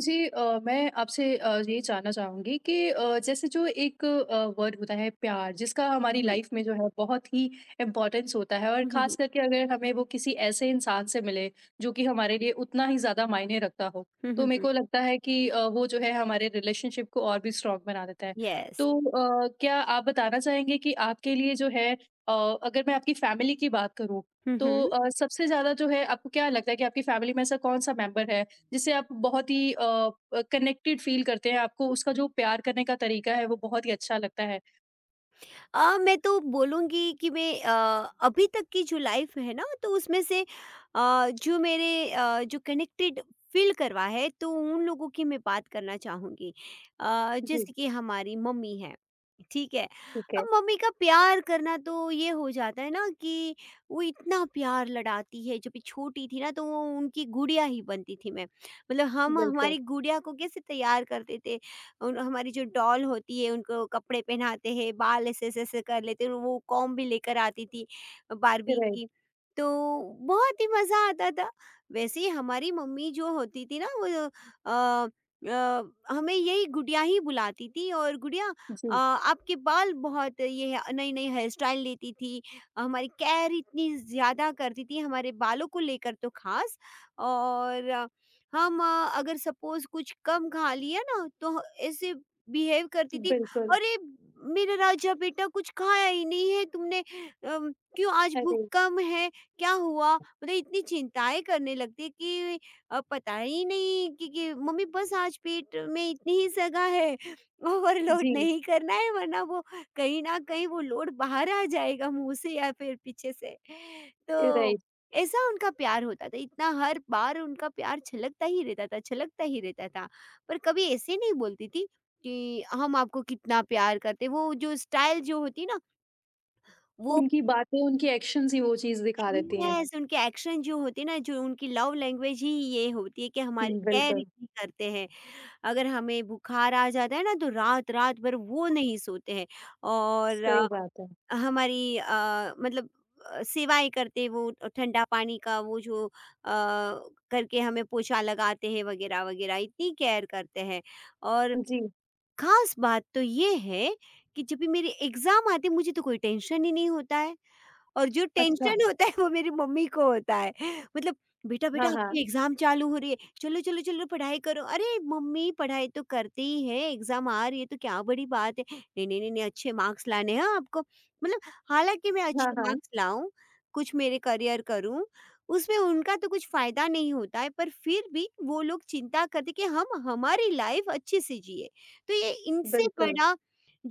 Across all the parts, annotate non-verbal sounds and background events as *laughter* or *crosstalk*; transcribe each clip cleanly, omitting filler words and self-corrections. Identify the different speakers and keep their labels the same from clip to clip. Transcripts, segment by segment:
Speaker 1: जी, मैं आपसे ये जानना चाहूँगी कि जैसे जो एक वर्ड होता है प्यार जिसका
Speaker 2: हुँ,
Speaker 1: हमारी
Speaker 2: हुँ।
Speaker 1: लाइफ में जो है बहुत ही इम्पोर्टेंस होता है और
Speaker 2: हुँ, हुँ,
Speaker 1: ख़ास
Speaker 2: हुँ।
Speaker 1: करके अगर हमें वो किसी ऐसे इंसान से मिले जो कि हमारे लिए उतना ही ज़्यादा मायने रखता हो,
Speaker 2: हुँ,
Speaker 1: तो
Speaker 2: हुँ,
Speaker 1: मेरे
Speaker 2: हुँ।
Speaker 1: को लगता है कि वो जो है हमारे रिलेशनशिप को और भी स्ट्रॉन्ग बना देता है।
Speaker 2: यस।
Speaker 1: तो क्या आप बताना चाहेंगे कि आपके लिए जो है अगर मैं आपकी फैमिली की बात करूँ
Speaker 2: हुँ,
Speaker 1: तो
Speaker 2: हुँ।
Speaker 1: सबसे ज़्यादा जो है आपको क्या लगता है कि आपकी फैमिली में ऐसा कौन-सा मेंबर है जिससे आप बहुत ही कनेक्टेड फ़ील करते हैं, आपको उसका जो प्यार करने का तरीका है, वो बहुत ही अच्छा लगता है।
Speaker 2: मैं तो बोलूँगी कि मैं अभी तक की जो लाइफ है ना तो उसमें से जो कनेक्टेड फ़ील करवा है तो उन लोगों की मैं बात करना चाहूँगी।
Speaker 1: जी।
Speaker 2: जैसे कि हमारी मम्मी हैं, ठीक है?
Speaker 1: ठीक है।
Speaker 2: अब मम्मी का प्यार करना तो ये हो जाता है ना कि वो इतना प्यार लड़ाती है, जब मैं छोटी थी ना तो वो उनकी गुड़िया ही बनती थी मैं। मतलब हम
Speaker 1: बिल्कुल।
Speaker 2: हमारी गुड़िया को कैसे तैयार करते थे और हमारी जो डॉल होती है उनको कपड़े पहनाते हैं, बाल ऐसे-ऐसे कर लेते हैं, वो कॉम्ब भी लेकर आती थी बार्बी
Speaker 1: राइट।
Speaker 2: की। तो बहुत ही मज़ा आता था। वैसे ही हमारी मम्मी जो होती थी ना वो अ अ, हमें यही गुड़िया ही बुलाती थी और गुड़िया
Speaker 1: जी।
Speaker 2: आपके बाल बहुत ये है नई-नई हेयर स्टाइल लेती थी, हमारी केयर इतनी ज़्यादा करती थी हमारे बालों को लेकर तो ख़ास और हम अगर सपोज़ कुछ कम खा लिया ना तो ऐसे बिहेव करती थी,
Speaker 1: बिल्कुल।
Speaker 2: "अरे! मेरा राजा बेटा कुछ खाया ही नहीं है तुमने क्यों आज भूख
Speaker 1: अरे!
Speaker 2: कम है? क्या हुआ?" मतलब इतनी चिंताएँ करने लगती कि पता ही नहीं कि मम्मी बस आज पेट में इतनी ही जगह है, ओवरलोड
Speaker 1: जी।
Speaker 2: नहीं करना है वरना वो कहीं न कहीं वो लोड बाहर आ जाएगा मुँह से या फिर पीछे से। तो
Speaker 1: राइट।
Speaker 2: ऐसा उनका प्यार होता था, इतना हर बार उनका प्यार छलकता ही रहता था, छलकता ही रहता था। पर कभी ऐसे नहीं बोलती थी कि हम आपको कितना प्यार करते हैं, वो जो स्टाइल जो होती है ना, वो
Speaker 1: उनकी बातें, उनकी एक्शन्स ही वो चीज़ दिखा देती हैं।
Speaker 2: यस, उनके एक्शन जो होते हैं ना, जो उनकी लव लैंग्वेज ही ये होती है कि हमारी
Speaker 1: हुँ,
Speaker 2: केयर
Speaker 1: बिल्कुल।
Speaker 2: इतनी करते हैं। अगर हमें बुखार आ जाता है ना, तो रात-रात भर वो नहीं सोते हैं और
Speaker 1: सही बात है।
Speaker 2: हमारी मतलब सेवाएँ करते वो ठंडा पानी का वो जो करके हमें पोछा लगाते हैं वगैरह, वगैरह इतनी केयर करते हैं। और
Speaker 1: जी।
Speaker 2: ख़ास बात तो ये है कि जब भी मेरे एग्ज़ाम आते मुझे तो कोई टेंशन ही नहीं होता है। और जो
Speaker 1: अच्छा।
Speaker 2: टेंशन होता है वो मेरी मम्मी को होता है मतलब बेटा
Speaker 1: हाँ,
Speaker 2: बेटा
Speaker 1: हाँ।
Speaker 2: आपकी एग्जाम चालू हो रही है चलो चलो चलो पढ़ाई करो अरे मम्मी पढ़ाई तो करती ही है एग्जाम आ रही है तो क्या बड़ी बात है नहीं नहीं नहीं नहीं, अच्छे मार्क्स लाने हैं आपको मतलब हालांकि मैं
Speaker 1: हाँ,
Speaker 2: अच्छे
Speaker 1: हाँ।
Speaker 2: मार्क्स लाऊं कुछ मेरे करियर करूं उसमें उनका तो कुछ फायदा नहीं होता है पर फिर भी वो लोग चिंता करते कि हम हमारी लाइफ अच्छे से जिए तो ये इनसे
Speaker 1: बिल्कुल।
Speaker 2: बड़ा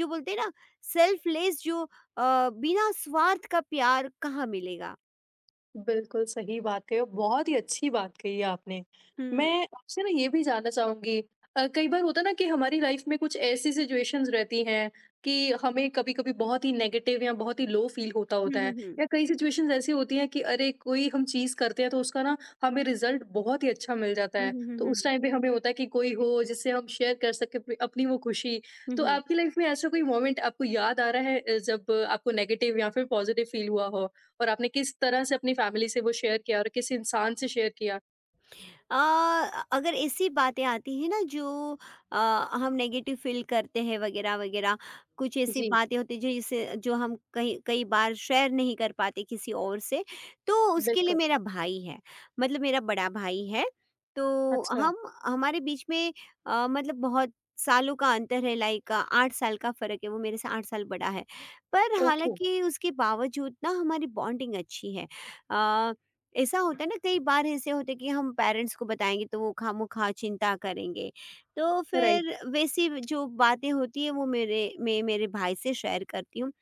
Speaker 2: जो बोलते हैं ना सेल्फलेस जो बिना स्वार्थ का प्यार कहाँ मिलेगा?
Speaker 1: बिल्कुल सही बात है और बहुत ही अच्छी बात कही है आपने।
Speaker 2: हुँ।
Speaker 1: मैं आपसे ना ये भी जानना चाहूँगी। कई बार होता है ना कि हमारी लाइफ़ में कुछ ऐसी सिचुएशंस रहती हैं कि हमें कभी-कभी बहुत ही नेगेटिव या बहुत ही लो फ़ील होता
Speaker 2: हुँ,
Speaker 1: होता
Speaker 2: हुँ,
Speaker 1: है
Speaker 2: हुँ।
Speaker 1: या कई सिचुएशंस ऐसी होती हैं कि अरे! कोई हम चीज़ करते हैं तो उसका ना हमें रिज़ल्ट बहुत ही अच्छा मिल जाता
Speaker 2: हुँ,
Speaker 1: है।
Speaker 2: हुँ, हुँ,
Speaker 1: तो उस
Speaker 2: हुँ।
Speaker 1: टाइम पे हमें होता है कि कोई हो जिससे हम शेयर कर सकें अपनी अपनी वो खुशी।
Speaker 2: हुँ,
Speaker 1: तो
Speaker 2: हुँ,
Speaker 1: आपकी लाइफ़ में ऐसा कोई मोमेंट आपको याद आ रहा है जब आपको नेगेटिव या फिर पॉज़िटिव फ़ील हुआ हो? और आपने किस तरह से अपनी फैमिली से वो शेयर किया और किस इंसान से शेयर किया?
Speaker 2: अ, अगर ऐसी बातें आती हैं ना जो अ, हम नेगेटिव फील करते हैं वगैरह वगैरह कुछ ऐसी
Speaker 1: जी,
Speaker 2: बातें होती हैं जिसे जो हम कहीं कई बार शेयर नहीं कर पाते किसी और से तो उसके लिए
Speaker 1: बिल्कुल।
Speaker 2: मेरा भाई है मतलब मेरा बड़ा भाई है तो
Speaker 1: अच्छा।
Speaker 2: हम हमारे बीच में मतलब बहुत सालों का अंतर है लाइक 8 साल का फ़र्क है वो मेरे से 8 साल बड़ा है पर
Speaker 1: ओके।
Speaker 2: हालांकि उसके बावजूद ना हमारी बॉन्डिंग अच्छी है ऐसा होता है ना कई बार ऐसे होते कि हम पेरेंट्स को बताएँगे तो वो खामोखा चिंता करेंगे। तो
Speaker 1: राइट।
Speaker 2: फिर वैसी जो बातें होती हैं वो मेरे मैं मेरे भाई से शेयर करती हूँ।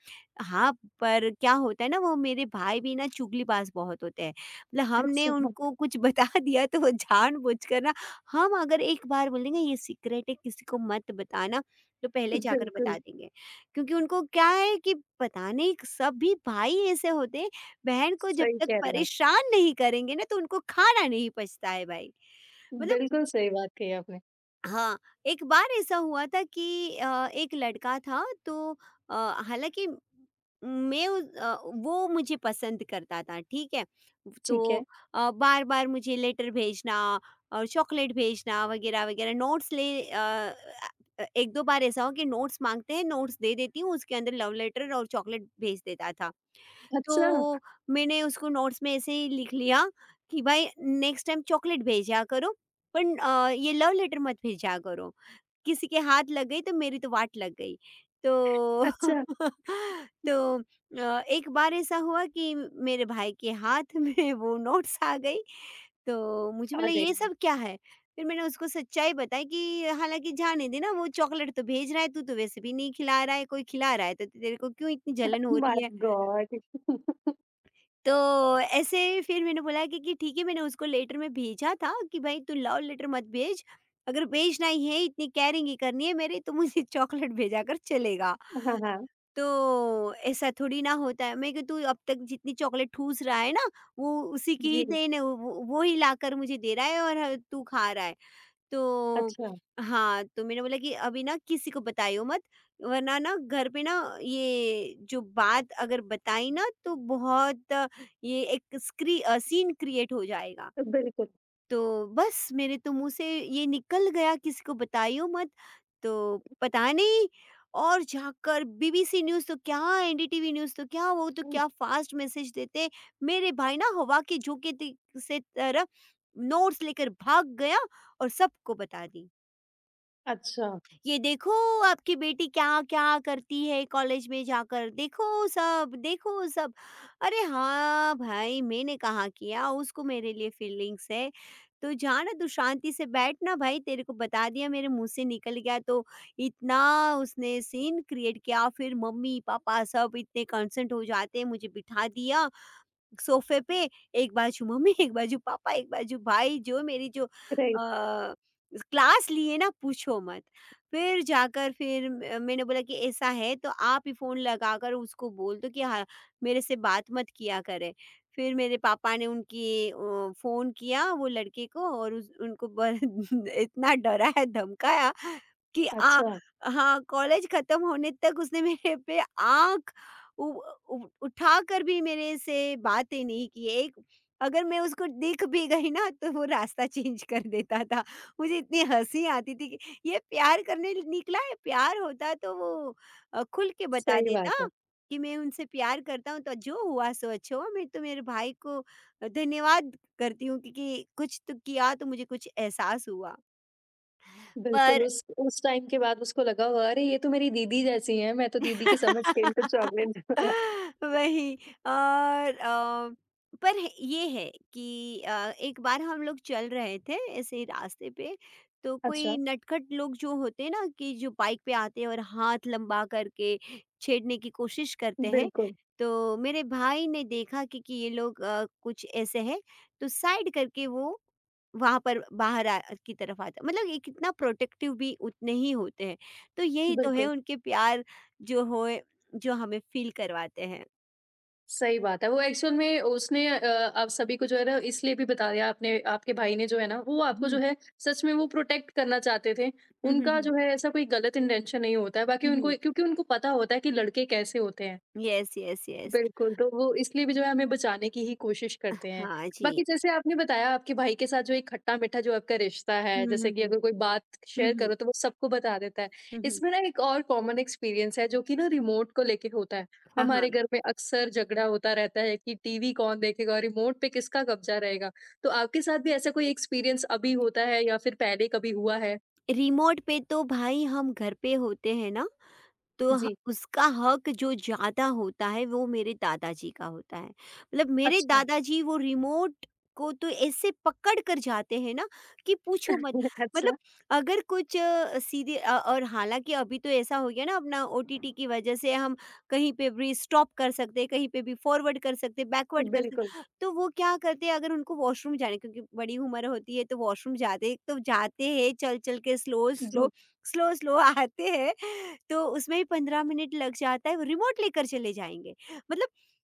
Speaker 2: हाँ, पर क्या होता है ना वो मेरे भाई भी ना चुगलीबाज़ बहुत होते हैं। मतलब हमने
Speaker 1: अच्छा।
Speaker 2: उनको
Speaker 1: *laughs*
Speaker 2: कुछ *laughs* बता दिया तो वो जानबूझकर ना हम अगर एक बार बोल देंगे ये सीक्रेट है किसी को मत बताना, तो पहले जाकर
Speaker 1: बिल्कुल।
Speaker 2: बता देंगे। क्योंकि उनको क्या है कि पता नहीं सभी भाई ऐसे होते हैं बहन को जब
Speaker 1: सही
Speaker 2: तक
Speaker 1: कह रही हैं आप।
Speaker 2: परेशान नहीं करेंगे ना तो उनको खाना नहीं पचता है भाई। मतलब
Speaker 1: बिल्कुल सही बात कही आपने।
Speaker 2: हाँ, एक बार ऐसा हुआ था कि एक लड़का था तो अ, हालाँकि मैं उस अ, वो मुझे पसंद करता था, ठीक है?
Speaker 1: ठीक है।
Speaker 2: तो बार-बार मुझे लेटर भेजना और चॉकलेट भेजना वगैरह, वगैरह नोट्स 1-2 बार ऐसा हो कि नोट्स माँगते हैं, नोट्स दे देती हूँ, उसके अंदर लव लेटर और चॉकलेट भेज देता था।
Speaker 1: अच्छा।
Speaker 2: तो मैंने उसको नोट्स में ऐसे ही लिख लिया कि भाई नेक्स्ट टाइम चॉकलेट भेजा करो पण ये लव लेटर मत भेजा करो। किसी के हाथ लग गई तो मेरी तो वाट लग गई। तो
Speaker 1: अच्छा।
Speaker 2: *laughs* तो एक बार ऐसा हुआ कि मेरे भाई के हाथ *laughs* में वो नोट्स आ गई। तो मुझे बोला
Speaker 1: अरे
Speaker 2: ये सब क्या है? फिर मैंने उसको सच्चाई बताई कि हालाँकि जाने दे ना वो चॉकलेट तो भेज रहा है, तू तो वैसे भी नहीं खिला रहा है, कोई खिला रहा है तो तेरे को क्यों इतनी जलन हो
Speaker 1: माय
Speaker 2: रही है?
Speaker 1: गॉड! *laughs*
Speaker 2: तो ऐसे फिर मैंने बोला कि ठीक है मैंने उसको लेटर में भेजा था कि भाई तू लव लेटर मत भेज अगर भेजना ही है इतनी केयरिंग ही करनी है मेरी तो मुझे *laughs* चॉकलेट भेजा कर चलेगा
Speaker 1: हाँ, हाँ।
Speaker 2: तो ऐसा थोड़ी ना होता है मैं कि तू अब तक जितनी चॉकलेट ठूस रहा है ना वो उसी की ही
Speaker 1: जी।
Speaker 2: देन है वो ही लाकर मुझे दे रहा है और तू खा रहा है तो
Speaker 1: अच्छा।
Speaker 2: हाँ, तो मैंने बोला कि अभी ना किसी को बताइयो मत वरना ना घर पे ना ये जो बात अगर बताई ना तो बहुत ये एक सीन क्रिएट हो जाएगा।
Speaker 1: बिल्कुल।
Speaker 2: तो बस मेरे तो मुँह से ये निकल गया किसी को बताइयो मत, तो पता नहीं और जाकर बीबीसी न्यूज़ तो क्या, एनडीटीवी न्यूज़ तो क्या, वो तो
Speaker 1: हुँ।
Speaker 2: क्या फ़ास्ट मैसेज देते। मेरे भाई ना हवा के झोंके ति से तरह नोट्स लेकर भाग गया और सबको बता दी।
Speaker 1: अच्छा।
Speaker 2: ये देखो आपकी बेटी क्या-क्या करती है कॉलेज में जाकर, देखो सब, देखो सब। अरे हाँ भाई, मैंने कहाँ किया, उसको मेरे लिए फीलिंग्स है। तो जा ना तू शांति से बैठ ना भाई, तेरे को बता दिया मेरे मुँह से निकल गया तो इतना उसने सीन क्रिएट किया, फिर मम्मी-पापा सब इतने कंसर्न्ड हो जाते हैं, मुझे बिठा दिया सोफे पे एक बाजू मम्मी, एक बाजू पापा, एक बाजू भाई जो मेरी जो
Speaker 1: राइट।
Speaker 2: क्लास ली है ना पूछो मत। फिर जाकर फिर म मैंने बोला कि ऐसा है तो आप ही फ़ोन लगाकर उसको बोल दो कि हाँ, मेरे से बात मत किया करे। फिर मेरे पापा ने फ़ोन किया वो लड़के को और उस उनको ब *laughs* इतना डराया, धमकाया कि आ
Speaker 1: अच्छा।
Speaker 2: हाँ, कॉलेज खत्म होने तक उसने मेरे पे आँख उ उ उठा कर भी मेरे से बातें नहीं की। एक अगर मैं उसको दिख भी गई ना तो वो रास्ता *laughs* चेंज कर देता था। मुझे इतनी हँसी आती थी कि ये प्यार करने निकला है, प्यार होता तो वो खुल के बता
Speaker 1: सही बात
Speaker 2: देता
Speaker 1: है।
Speaker 2: कि मैं उनसे प्यार करता हूँ तो जो हुआ सो अच्छा हुआ। मैं तो मेरे भाई को धन्यवाद करती हूँ क्योंकि कुछ तो किया तो मुझे कुछ एहसास हुआ।
Speaker 1: बिल्कुल,
Speaker 2: पर
Speaker 1: उस टाइम के बाद उसको लगा होगा, अरे ये तो मेरी दीदी जैसी हैं, मैं तो दीदी की समझ के इनको
Speaker 2: *laughs*
Speaker 1: चॉकलेट *laughs* दूँगा।
Speaker 2: वही और पर है ये है कि एक बार हम लोग चल रहे थे ऐसे ही रास्ते पे तो
Speaker 1: अच्छा।
Speaker 2: कोई नटखट लोग जो होते हैं ना कि जो बाइक पे आते हैं और हाथ लंबा करके छेड़ने की कोशिश करते हैं
Speaker 1: बिल्कुल।
Speaker 2: तो मेरे भाई ने देखा कि ये लोग कुछ ऐसे हैं तो साइड करके वो वहाँ पर बाहर की तरफ आता मतलब ये कितना प्रोटेक्टिव भी उतने ही होते हैं तो यही तो है
Speaker 1: बिल्कुल।
Speaker 2: उनके प्यार जो होए जो हमें फ़ील करवाते हैं।
Speaker 1: सही बात है। वो एक्चुअल में उसने आप सभी को जो है ना इसलिए भी बताया आपने आपके भाई ने जो है ना, वो आपको जो
Speaker 2: हुँ।
Speaker 1: है सच में वो प्रोटेक्ट करना चाहते थे।
Speaker 2: हुँ, हुँ,
Speaker 1: उनका
Speaker 2: हुँ।
Speaker 1: जो है ऐसा कोई गलत इंटेंशन नहीं होता है, बाकी
Speaker 2: हुँ, हुँ।
Speaker 1: उनको क्योंकि उनको पता होता है कि लड़के कैसे होते हैं।
Speaker 2: Yes, yes, yes.
Speaker 1: बिल्कुल, तो वो इसलिए भी जो है हमें बचाने की ही कोशिश करते हैं।
Speaker 2: हाँ जी।
Speaker 1: बाकी जैसे आपने बताया आपके भाई के साथ जो एक खट्टा-मीठा जो आपका रिश्ता है,
Speaker 2: हुँ,
Speaker 1: जैसे
Speaker 2: हुँ,
Speaker 1: कि
Speaker 2: हुँ।
Speaker 1: अगर कोई बात
Speaker 2: हुँ,
Speaker 1: शेयर करो
Speaker 2: हुँ।
Speaker 1: तो वो सबको बता देता है।
Speaker 2: हुँ, हुँ।
Speaker 1: इसमें ना एक और कॉमन एक्सपीरियंस है जो कि ना रिमोट को लेके होता है।
Speaker 2: हाँ, हाँ।
Speaker 1: हमारे घर में अक्सर झगड़ा होता रहता है कि टीवी कौन देखेगा, और रिमोट पे किसका कब्ज़ा रहेगा। तो आपके साथ भी ऐसा कोई एक्सपीरियंस अभी होता है या फिर पहले कभी हुआ है?
Speaker 2: रिमोट पे तो भाई हम घर पे होते हैं ना तो ह
Speaker 1: जी।
Speaker 2: उसका हक जो ज़्यादा होता है वो मेरे दादाजी का होता है। मतलब मेरे
Speaker 1: अच्छा।
Speaker 2: दादाजी वो रिमोट को तो ऐसे पकड़ कर जाते हैं ना कि पूछो मत।
Speaker 1: *laughs* अच्छा।
Speaker 2: मतलब अगर कुछ सीधे और हालाँकि अभी तो ऐसा हो गया ना अपना ओटीटी की वजह से हम कहीं पे भी स्टॉप कर सकते हैं, कहीं पे भी फॉरवर्ड कर सकते हैं, बैकवर्ड कर सकते
Speaker 1: बिल्कुल।
Speaker 2: तो वो क्या करते हैं अगर उनको वॉशरूम जाने क्योंकि बड़ी उम्र होती है तो वॉशरूम जाते तो जाते हैं चल-चल के स्लो, स्लो,
Speaker 1: जी।
Speaker 2: स्लो, स्लो आते हैं तो उसमें भी 15 मिनट लग जाता है, वो रिमोट लेकर चले जाएँगे। मतलब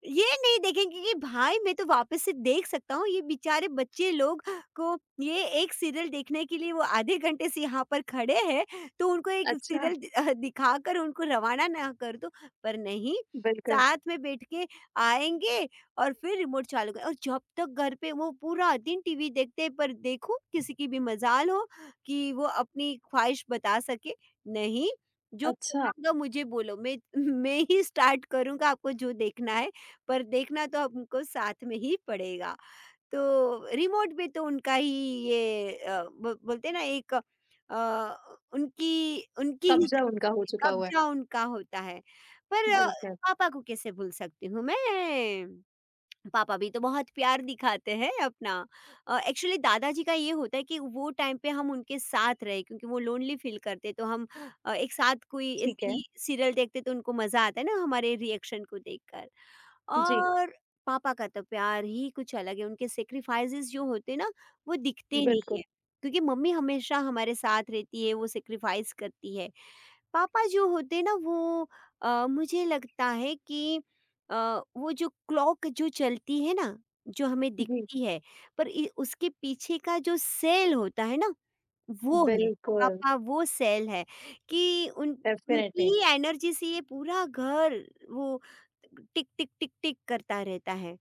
Speaker 2: ये नहीं देखेंगे कि भाई मैं तो वापस से देख सकता हूँ, ये बेचारे बच्चे लोग को ये एक सीरियल देखने के लिए वो आधे घंटे से यहाँ पर खड़े हैं, तो उनको एक
Speaker 1: अच्छा।
Speaker 2: सीरियल दिखाकर उनको रवाना ना कर दो। पर नहीं,
Speaker 1: बिल्कुल।
Speaker 2: साथ में बैठ के आएँगे और फिर रिमोट चालू कर और जब तक घर पे वो पूरा दिन टीवी देखते हैं, पर देखो किसी की भी मजाल हो कि वो अपनी ख्वाहिश बता सके, नहीं, जो
Speaker 1: अच्छा।
Speaker 2: चलाऊँगा मुझे बोलो, मैं ही स्टार्ट करूँगा आपको जो देखना है, पर देखना तो हमको साथ में ही पड़ेगा। तो रिमोट पे तो उनका ही ये ब बोलते हैं ना एक उनकी उनकी ही
Speaker 1: कब्ज़ा उनका हो चुका हुआ है।
Speaker 2: कब्ज़ा उनका होता है। पर
Speaker 1: बिल्कुल।
Speaker 2: पापा को कैसे भूल सकती हूँ मैं। पापा भी तो बहुत प्यार दिखाते हैं अपना। एक्चुअली दादाजी का ये होता है कि वो टाइम पे हम उनके साथ रहे क्योंकि वो लोनली फ़ील करते हैं, तो हम एक साथ कोई
Speaker 1: ठीक है।
Speaker 2: ऐसी सीरियल देखते तो उनको मज़ा आता है ना हमारे रिएक्शन को देखकर।
Speaker 1: जी।
Speaker 2: और पापा का तो प्यार ही कुछ अलग है, उनके सैक्रिफाइसेस जो होते हैं ना, वो दिखते नहीं
Speaker 1: बिल्कुल।
Speaker 2: है, क्योंकि मम्मी हमेशा हमारे साथ रहती है, वो सैक्रिफाइस करती है। पापा जो होते हैं ना वो मुझे लगता है कि अ, वो जो क्लॉक जो चलती है ना, जो हमें
Speaker 1: जी।
Speaker 2: दिखती है, पर इ उसके पीछे का जो सेल होता है ना, वो है,
Speaker 1: बिल्कुल।
Speaker 2: पापा वो सेल है कि उन उनकी
Speaker 1: डेफ़िनेटली।
Speaker 2: ही एनर्जी से ये पूरा घर वो टिक, टिक, टिक, टिक करता रहता है।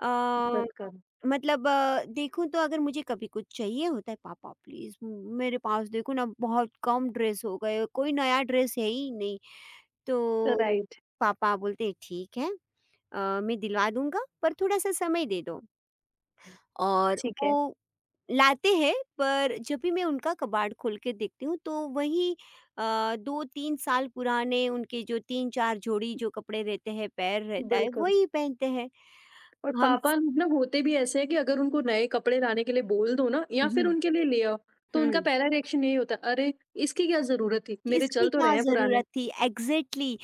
Speaker 2: अ,
Speaker 1: बिल्कुल।
Speaker 2: मतलब देखूँ तो अगर मुझे कभी कुछ चाहिए होता है, "पापा प्लीज़ मेरे पास देखो ना, बहुत कम ड्रेस हो गए, कोई नया ड्रेस है ही नहीं।" तो
Speaker 1: राइट।
Speaker 2: पापा बोलते हैं, "ठीक है, मैं दिलवा दूँगा, पर थोड़ा-सा समय दे दो।" और
Speaker 1: ठीक है।
Speaker 2: वो लाते हैं, पर जब भी मैं उनका कबाड़ खोल के देखती हूँ तो वही अ, 2-3 साल पुराने उनके जो 3-4 जोड़ी जो कपड़े रहते हैं, पैर रहता है,
Speaker 1: बिल्कुल
Speaker 2: वही पहनते हैं।
Speaker 1: और
Speaker 2: हम
Speaker 1: पापा
Speaker 2: स
Speaker 1: मतलब होते भी ऐसे हैं कि अगर उनको नए कपड़े लाने के लिए बोल दो ना या फिर
Speaker 2: हुँ,
Speaker 1: उनके लिए ले आओ, तो उनका
Speaker 2: हुँ।
Speaker 1: पहला रिएक्शन यही होता है, "अरे! इसकी क्या ज़रूरत थी? मेरे चल
Speaker 2: इसकी
Speaker 1: तो रहे
Speaker 2: क्या
Speaker 1: हैं पुराने।"
Speaker 2: ज़रूरत थी? एग्ज़ैक्टली।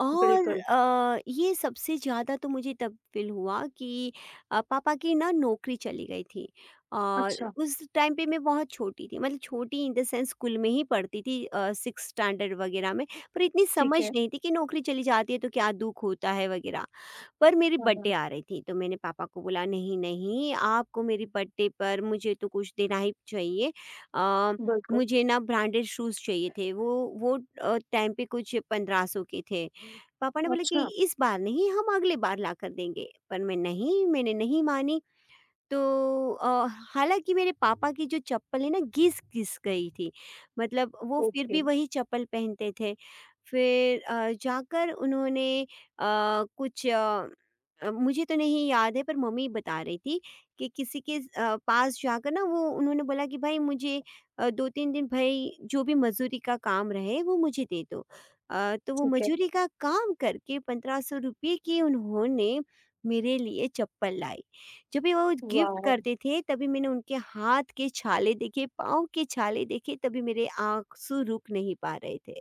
Speaker 2: और
Speaker 1: बिल्कुल।
Speaker 2: ये सबसे ज़्यादा तो मुझे तब फ़ील हुआ कि पापा की ना नौकरी चली गई थी और
Speaker 1: अच्छा।
Speaker 2: उस टाइम पे मैं बहुत छोटी थी, मतलब छोटी इन द सेंस स्कूल में ही पढ़ती थी, 6th स्टैंडर्ड वगैरह में, पर इतनी
Speaker 1: ठीक
Speaker 2: समझ
Speaker 1: है।
Speaker 2: नहीं थी कि नौकरी चली जाती है तो क्या दुःख होता है वगैरह। पर मेरी
Speaker 1: हाँ, हाँ।
Speaker 2: बर्थडे आ रही थी, तो मैंने पापा को बोला, नहीं नहीं, आपको मेरी बर्थडे पर मुझे तो कुछ देना ही चाहिए। अ,
Speaker 1: बिल्कुल।
Speaker 2: मुझे ना ब्रांडेड शूज़ चाहिए थे। वो वो टाइम पे कुछ 1500 के थे। पापा ने बोला कि
Speaker 1: अच्छा।
Speaker 2: इस बार नहीं, हम अगले बार ला कर देंगे, पर मैंने नहीं मानी। तो अ, हालाँकि मेरे पापा की जो चप्पल है ना घिस-घिस गई थी, मतलब वो फिर
Speaker 1: ओके।
Speaker 2: भी वही चप्पल पहनते थे। फिर जाकर उन्होंने कुछ अ मुझे तो नहीं याद है, पर मम्मी बता रही थी कि किसी के पास जाकर ना वो उन्होंने बोला कि भाई मुझे 2-3 दिन भाई जो भी मज़दूरी का काम रहे वो मुझे दे दो। तो वो
Speaker 1: ठीक है।
Speaker 2: मज़दूरी का काम करके ₹1500 की उन्होंने मेरे लिए चप्पल लाई। जब भी वो गिफ्ट
Speaker 1: वॉव!
Speaker 2: करते थे तभी मैंने उनके हाथ के छाले देखे, पाँव के छाले देखे, तभी मेरे आँसू रुक नहीं पा रहे थे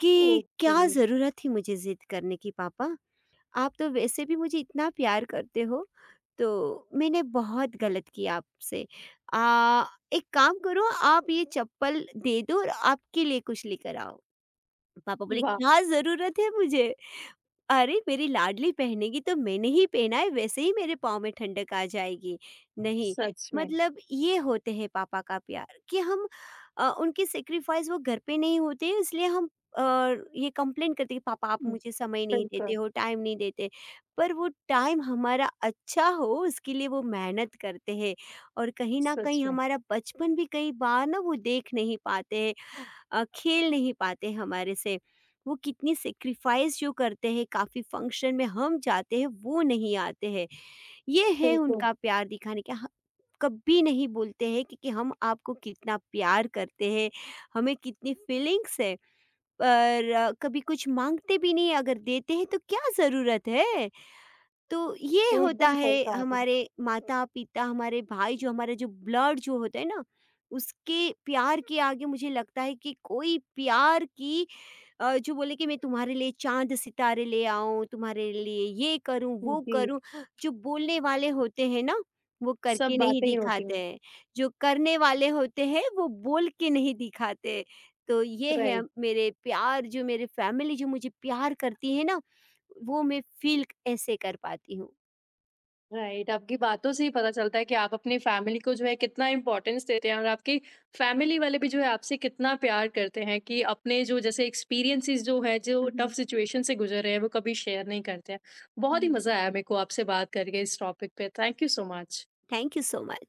Speaker 2: कि
Speaker 1: ओके।
Speaker 2: क्या ज़रूरत थी मुझे ज़िद करने की, पापा? आप तो वैसे भी मुझे इतना प्यार करते हो, तो मैंने बहुत गलत किया आपसे। एक काम करो, आप ये चप्पल दे दो और आपके लिए कुछ लेकर आओ। पापा बोले,
Speaker 1: वाह!
Speaker 2: क्या ज़रूरत है मुझे? अरे! मेरी लाडली पहनेगी तो मैंने ही पहना है, वैसे ही मेरे पाँव में ठंडक आ जाएगी। नहीं,
Speaker 1: सच में।
Speaker 2: मतलब ये होते हैं पापा का प्यार कि हम उनकी सैक्रिफाइस वो घर पे नहीं होते, इसलिए हम अ, ये कंप्लेंट करते हैं कि पापा आप
Speaker 1: हुँ,
Speaker 2: मुझे समय नहीं देते
Speaker 1: बिल्कुल।
Speaker 2: हो, टाइम नहीं देते। पर वो टाइम हमारा अच्छा हो उसके लिए वो मेहनत करते हैं और कहीं न
Speaker 1: सच
Speaker 2: कहीं
Speaker 1: में।
Speaker 2: हमारा बचपन भी कई बार ना वो देख नहीं पाते हैं, खेल नहीं पाते हमारे से। वो कितनी सैक्रिफ़ाइस जो करते हैं, काफ़ी फ़ंक्शन में हम जाते हैं, वो नहीं आते हैं। ये है
Speaker 1: बिल्कुल।
Speaker 2: उनका प्यार दिखाने का ह कभी नहीं बोलते हैं कि हम आपको कितना प्यार करते हैं, हमें कितनी फ़ीलिंग्स है, पर कभी कुछ माँगते भी नहीं, अगर देते हैं तो क्या ज़रूरत है? तो ये होता
Speaker 1: एकदम
Speaker 2: है
Speaker 1: सही कहा आपने।
Speaker 2: हमारे माता-पिता, हमारे भाई, जो हमारा जो ब्लड जो होता है ना, उसके प्यार के आगे मुझे लगता है कि कोई प्यार की जो बोले कि मैं तुम्हारे लिए चाँद-सितारे ले आऊँ, तुम्हारे लिए ये करूँ, वो
Speaker 1: जी।
Speaker 2: करूँ, जो बोलने वाले होते हैं ना, वो
Speaker 1: सब
Speaker 2: करके नहीं
Speaker 1: बातें ही होती हैं।
Speaker 2: दिखाते हैं। जो करने वाले होते हैं, वो बोल के नहीं दिखाते। तो ये है
Speaker 1: राइट।
Speaker 2: मेरे प्यार, जो मेरे फैमिली जो मुझे प्यार करती है ना, वो मैं फ़ील ऐसे कर पाती हूँ।
Speaker 1: राइट, आपकी बातों से ही पता चलता है कि आप अपनी फैमिली को जो है कितना इम्पोर्टेंस देते हैं और आपकी फैमिली वाले भी जो है आपसे कितना प्यार करते हैं कि अपने जो जैसे एक्सपीरियंसेस जो है, जो
Speaker 2: हुँ,
Speaker 1: टफ
Speaker 2: हुँ।
Speaker 1: सिचुएशन से गुज़र रहे हैं, वो कभी शेयर नहीं करते हैं। बहुत
Speaker 2: हुँ,
Speaker 1: ही
Speaker 2: हुँ।
Speaker 1: मज़ा आया मेरे को आपसे बात करके इस टॉपिक पे। Thank you so much.
Speaker 2: Thank you so much.